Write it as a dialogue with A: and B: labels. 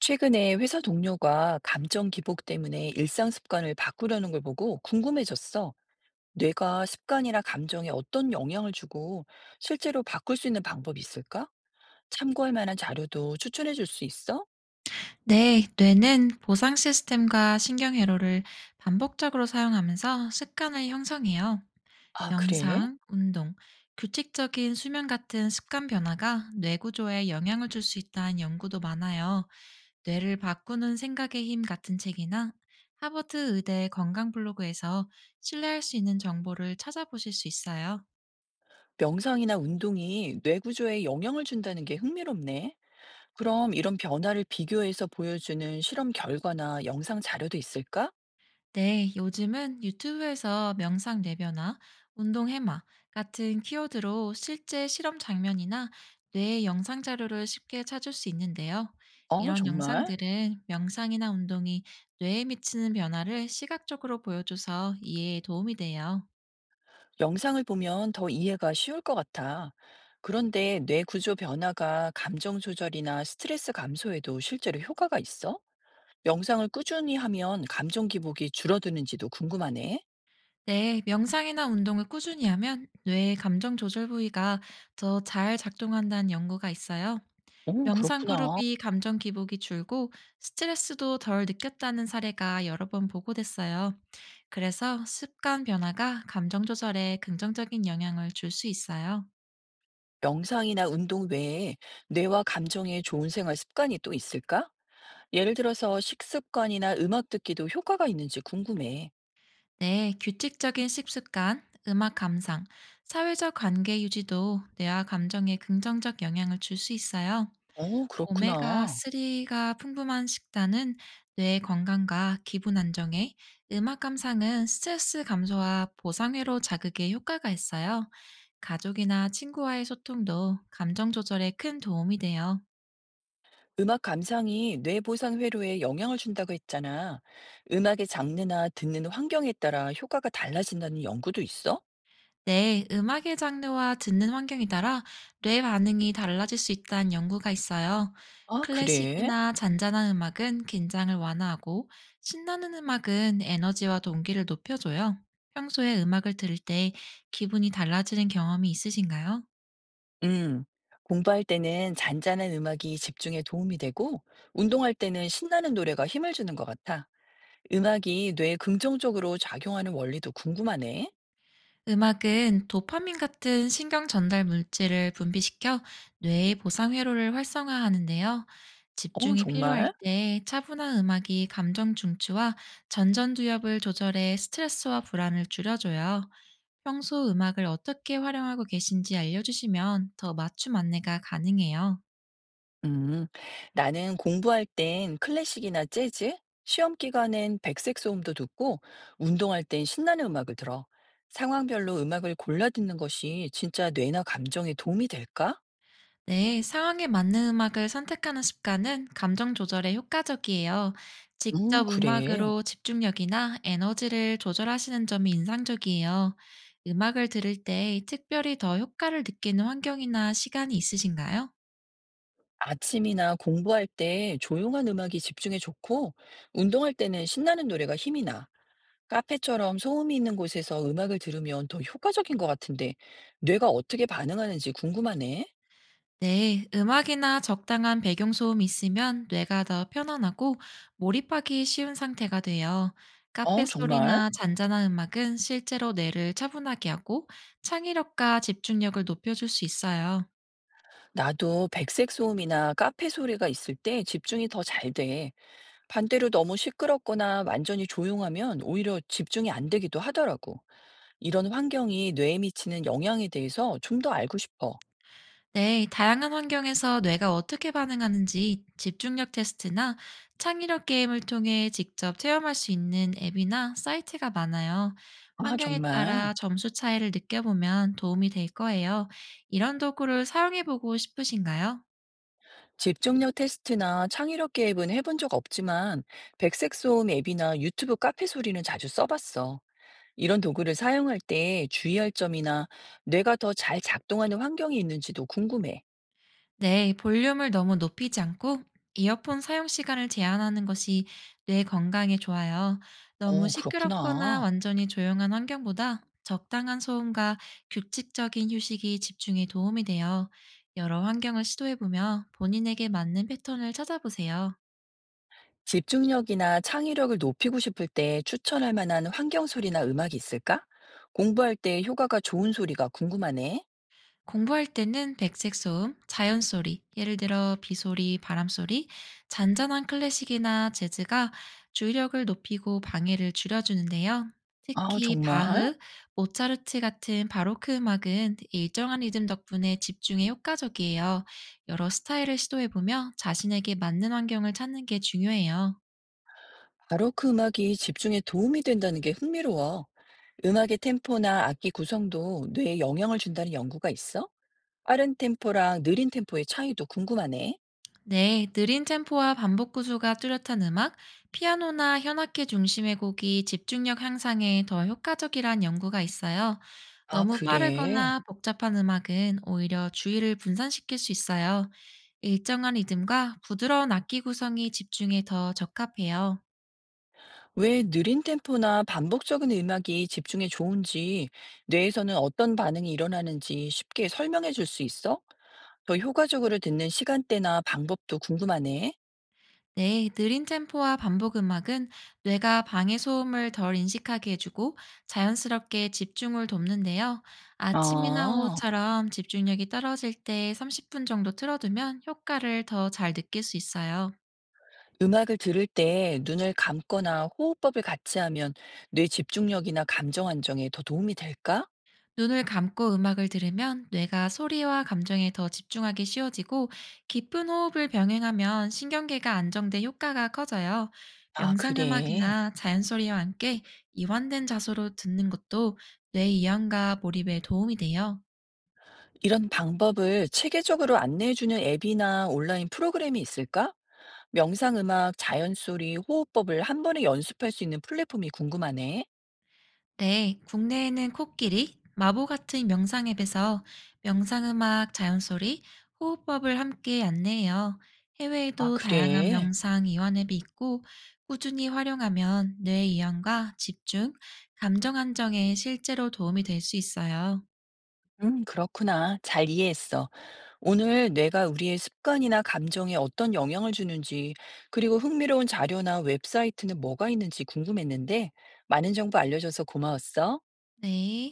A: 최근에 회사 동료가 감정 기복 때문에 일상 습관을 바꾸려는 걸 보고 궁금해졌어. 뇌가 습관이나 감정에 어떤 영향을 주고 실제로 바꿀 수 있는 방법이 있을까? 참고할 만한 자료도 추천해 줄 수 있어?
B: 네, 뇌는 보상 시스템과 신경회로를 반복적으로 사용하면서 습관을 형성해요.
A: 아, 그래?
B: 명상, 운동, 규칙적인 수면 같은 습관 변화가 뇌 구조에 영향을 줄 수 있다는 연구도 많아요. 뇌를 바꾸는 생각의 힘 같은 책이나 하버드 의대 건강 블로그에서 신뢰할 수 있는 정보를 찾아보실 수 있어요.
A: 명상이나 운동이 뇌 구조에 영향을 준다는 게 흥미롭네. 그럼 이런 변화를 비교해서 보여주는 실험 결과나 영상 자료도 있을까?
B: 네, 요즘은 유튜브에서 명상 뇌변화, 운동 해마 같은 키워드로 실제 실험 장면이나 뇌 영상 자료를 쉽게 찾을 수 있는데요.
A: 어,
B: 이런
A: 정말?
B: 영상들은 명상이나 운동이 뇌에 미치는 변화를 시각적으로 보여줘서 이해에 도움이 돼요.
A: 영상을 보면 더 이해가 쉬울 것 같아. 그런데 뇌 구조 변화가 감정 조절이나 스트레스 감소에도 실제로 효과가 있어? 명상을 꾸준히 하면 감정 기복이 줄어드는지도 궁금하네.
B: 네, 명상이나 운동을 꾸준히 하면 뇌의 감정 조절 부위가 더 잘 작동한다는 연구가 있어요.
A: 오,
B: 명상
A: 그렇구나.
B: 그룹이 감정 기복이 줄고 스트레스도 덜 느꼈다는 사례가 여러 번 보고됐어요. 그래서 습관 변화가 감정 조절에 긍정적인 영향을 줄 수 있어요.
A: 명상이나 운동 외에 뇌와 감정에 좋은 생활 습관이 또 있을까? 예를 들어서 식습관이나 음악 듣기도 효과가 있는지 궁금해.
B: 네, 규칙적인 식습관, 음악 감상, 사회적 관계 유지도 뇌와 감정에 긍정적 영향을 줄 수 있어요.
A: 오, 그렇구나.
B: 오메가3가 풍부한 식단은 뇌 건강과 기분 안정에, 음악 감상은 스트레스 감소와 보상회로 자극에 효과가 있어요. 가족이나 친구와의 소통도 감정 조절에 큰 도움이 돼요.
A: 음악 감상이 뇌 보상 회로에 영향을 준다고 했잖아. 음악의 장르나 듣는 환경에 따라 효과가 달라진다는 연구도 있어?
B: 네, 음악의 장르와 듣는 환경에 따라 뇌 반응이 달라질 수 있다는 연구가 있어요.
A: 아, 그래?
B: 클래식이나 잔잔한 음악은 긴장을 완화하고, 신나는 음악은 에너지와 동기를 높여줘요. 평소에 음악을 들을 때 기분이 달라지는 경험이 있으신가요?
A: 음. 공부할 때는 잔잔한 음악이 집중에 도움이 되고, 운동할 때는 신나는 노래가 힘을 주는 것 같아. 음악이 뇌에 긍정적으로 작용하는 원리도 궁금하네.
B: 음악은 도파민 같은 신경 전달 물질을 분비시켜 뇌의 보상 회로를 활성화하는데요.
A: 어,
B: 집중이 필요할
A: 정말?
B: 때 차분한 음악이 감정 중추와 전전두엽을 조절해 스트레스와 불안을 줄여줘요. 평소 음악을 어떻게 활용하고 계신지 알려주시면 더 맞춤 안내가 가능해요.
A: 음, 나는 공부할 땐 클래식이나 재즈, 시험 기간엔 백색 소음도 듣고, 운동할 땐 신나는 음악을 들어. 상황별로 음악을 골라 듣는 것이 진짜 뇌나 감정에 도움이 될까?
B: 네, 상황에 맞는 음악을 선택하는 습관은 감정 조절에 효과적이에요. 직접
A: 그래.
B: 음악으로 집중력이나 에너지를 조절하시는 점이 인상적이에요. 음악을 들을 때 특별히 더 효과를 느끼는 환경이나 시간이 있으신가요?
A: 아침이나 공부할 때 조용한 음악이 집중에 좋고, 운동할 때는 신나는 노래가 힘이 나. 카페처럼 소음이 있는 곳에서 음악을 들으면 더 효과적인 것 같은데, 뇌가 어떻게 반응하는지 궁금하네.
B: 네, 음악이나 적당한 배경소음이 있으면 뇌가 더 편안하고 몰입하기 쉬운 상태가 돼요. 카페
A: 어, 정말?
B: 소리나 잔잔한 음악은 실제로 뇌를 차분하게 하고 창의력과 집중력을 높여줄 수 있어요.
A: 나도 백색 소음이나 카페 소리가 있을 때 집중이 더 잘 돼. 반대로 너무 시끄럽거나 완전히 조용하면 오히려 집중이 안 되기도 하더라고. 이런 환경이 뇌에 미치는 영향에 대해서 좀 더 알고 싶어.
B: 네, 다양한 환경에서 뇌가 어떻게 반응하는지 집중력 테스트나 창의력 게임을 통해 직접 체험할 수 있는 앱이나 사이트가 많아요.
A: 아,
B: 환경에
A: 정말.
B: 따라 점수 차이를 느껴보면 도움이 될 거예요. 이런 도구를 사용해보고 싶으신가요?
A: 집중력 테스트나 창의력 게임은 해본 적 없지만 백색 소음 앱이나 유튜브 카페 소리는 자주 써봤어. 이런 도구를 사용할 때 주의할 점이나 뇌가 더 잘 작동하는 환경이 있는지도 궁금해.
B: 네, 볼륨을 너무 높이지 않고 이어폰 사용 시간을 제한하는 것이 뇌 건강에 좋아요. 너무
A: 어,
B: 시끄럽거나
A: 그렇구나.
B: 완전히 조용한 환경보다 적당한 소음과 규칙적인 휴식이 집중에 도움이 돼요. 여러 환경을 시도해보며 본인에게 맞는 패턴을 찾아보세요.
A: 집중력이나 창의력을 높이고 싶을 때 추천할 만한 환경 소리나 음악이 있을까? 공부할 때 효과가 좋은 소리가 궁금하네.
B: 공부할 때는 백색 소음, 자연 소리, 예를 들어 비 소리, 바람 소리, 잔잔한 클래식이나 재즈가 주의력을 높이고 방해를 줄여주는데요.
A: 아,
B: 특히
A: 정말?
B: 바흐, 모차르트 같은 바로크 음악은 일정한 리듬 덕분에 집중에 효과적이에요. 여러 스타일을 시도해보며 자신에게 맞는 환경을 찾는 게 중요해요.
A: 바로 그 음악이 집중에 도움이 된다는 게 흥미로워. 음악의 템포나 악기 구성도 뇌에 영향을 준다는 연구가 있어? 빠른 템포랑 느린 템포의 차이도 궁금하네.
B: 네, 느린 템포와 반복 구조가 뚜렷한 음악, 피아노나 현악기 중심의 곡이 집중력 향상에 더 효과적이란 연구가 있어요.
A: 아,
B: 너무
A: 그래.
B: 빠르거나 복잡한 음악은 오히려 주의를 분산시킬 수 있어요. 일정한 리듬과 부드러운 악기 구성이 집중에 더 적합해요.
A: 왜 느린 템포나 반복적인 음악이 집중에 좋은지, 뇌에서는 어떤 반응이 일어나는지 쉽게 설명해 줄 수 있어? 더 효과적으로 듣는 시간대나 방법도 궁금하네.
B: 네, 느린 템포와 반복 음악은 뇌가 방해 소음을 덜 인식하게 해주고 자연스럽게 집중을 돕는데요. 아침이나
A: 아,
B: 오후처럼 집중력이 떨어질 때 30분 정도 틀어두면 효과를 더 잘 느낄 수 있어요.
A: 음악을 들을 때 눈을 감거나 호흡법을 같이 하면 뇌 집중력이나 감정 안정에 더 도움이 될까?
B: 눈을 감고 음악을 들으면 뇌가 소리와 감정에 더 집중하기 쉬워지고 깊은 호흡을 병행하면 신경계가 안정돼 효과가 커져요.
A: 아, 그래.
B: 명상음악이나 자연소리와 함께 이완된 자세로 듣는 것도 뇌 이완과 몰입에 도움이 돼요.
A: 이런 방법을 체계적으로 안내해 주는 앱이나 온라인 프로그램이 있을까? 명상 음악, 자연 소리, 호흡법을 한 번에 연습할 수 있는 플랫폼이 궁금하네.
B: 네, 국내에는 코끼리, 마보 같은 명상앱에서 명상음악, 자연소리, 호흡법을 함께 안내해요.
A: 아,
B: 해외에도 다양한
A: 그래.
B: 명상 이완 앱이 있고 꾸준히 활용하면 뇌 이완과 집중, 감정 안정에 실제로 도움이 될 수 있어요.
A: 그렇구나. 잘 이해했어. 오늘 뇌가 우리의 습관이나 감정에 어떤 영향을 주는지, 그리고 흥미로운 자료나 웹사이트는 뭐가 있는지 궁금했는데, 많은 정보 알려줘서 고마웠어.
B: 네.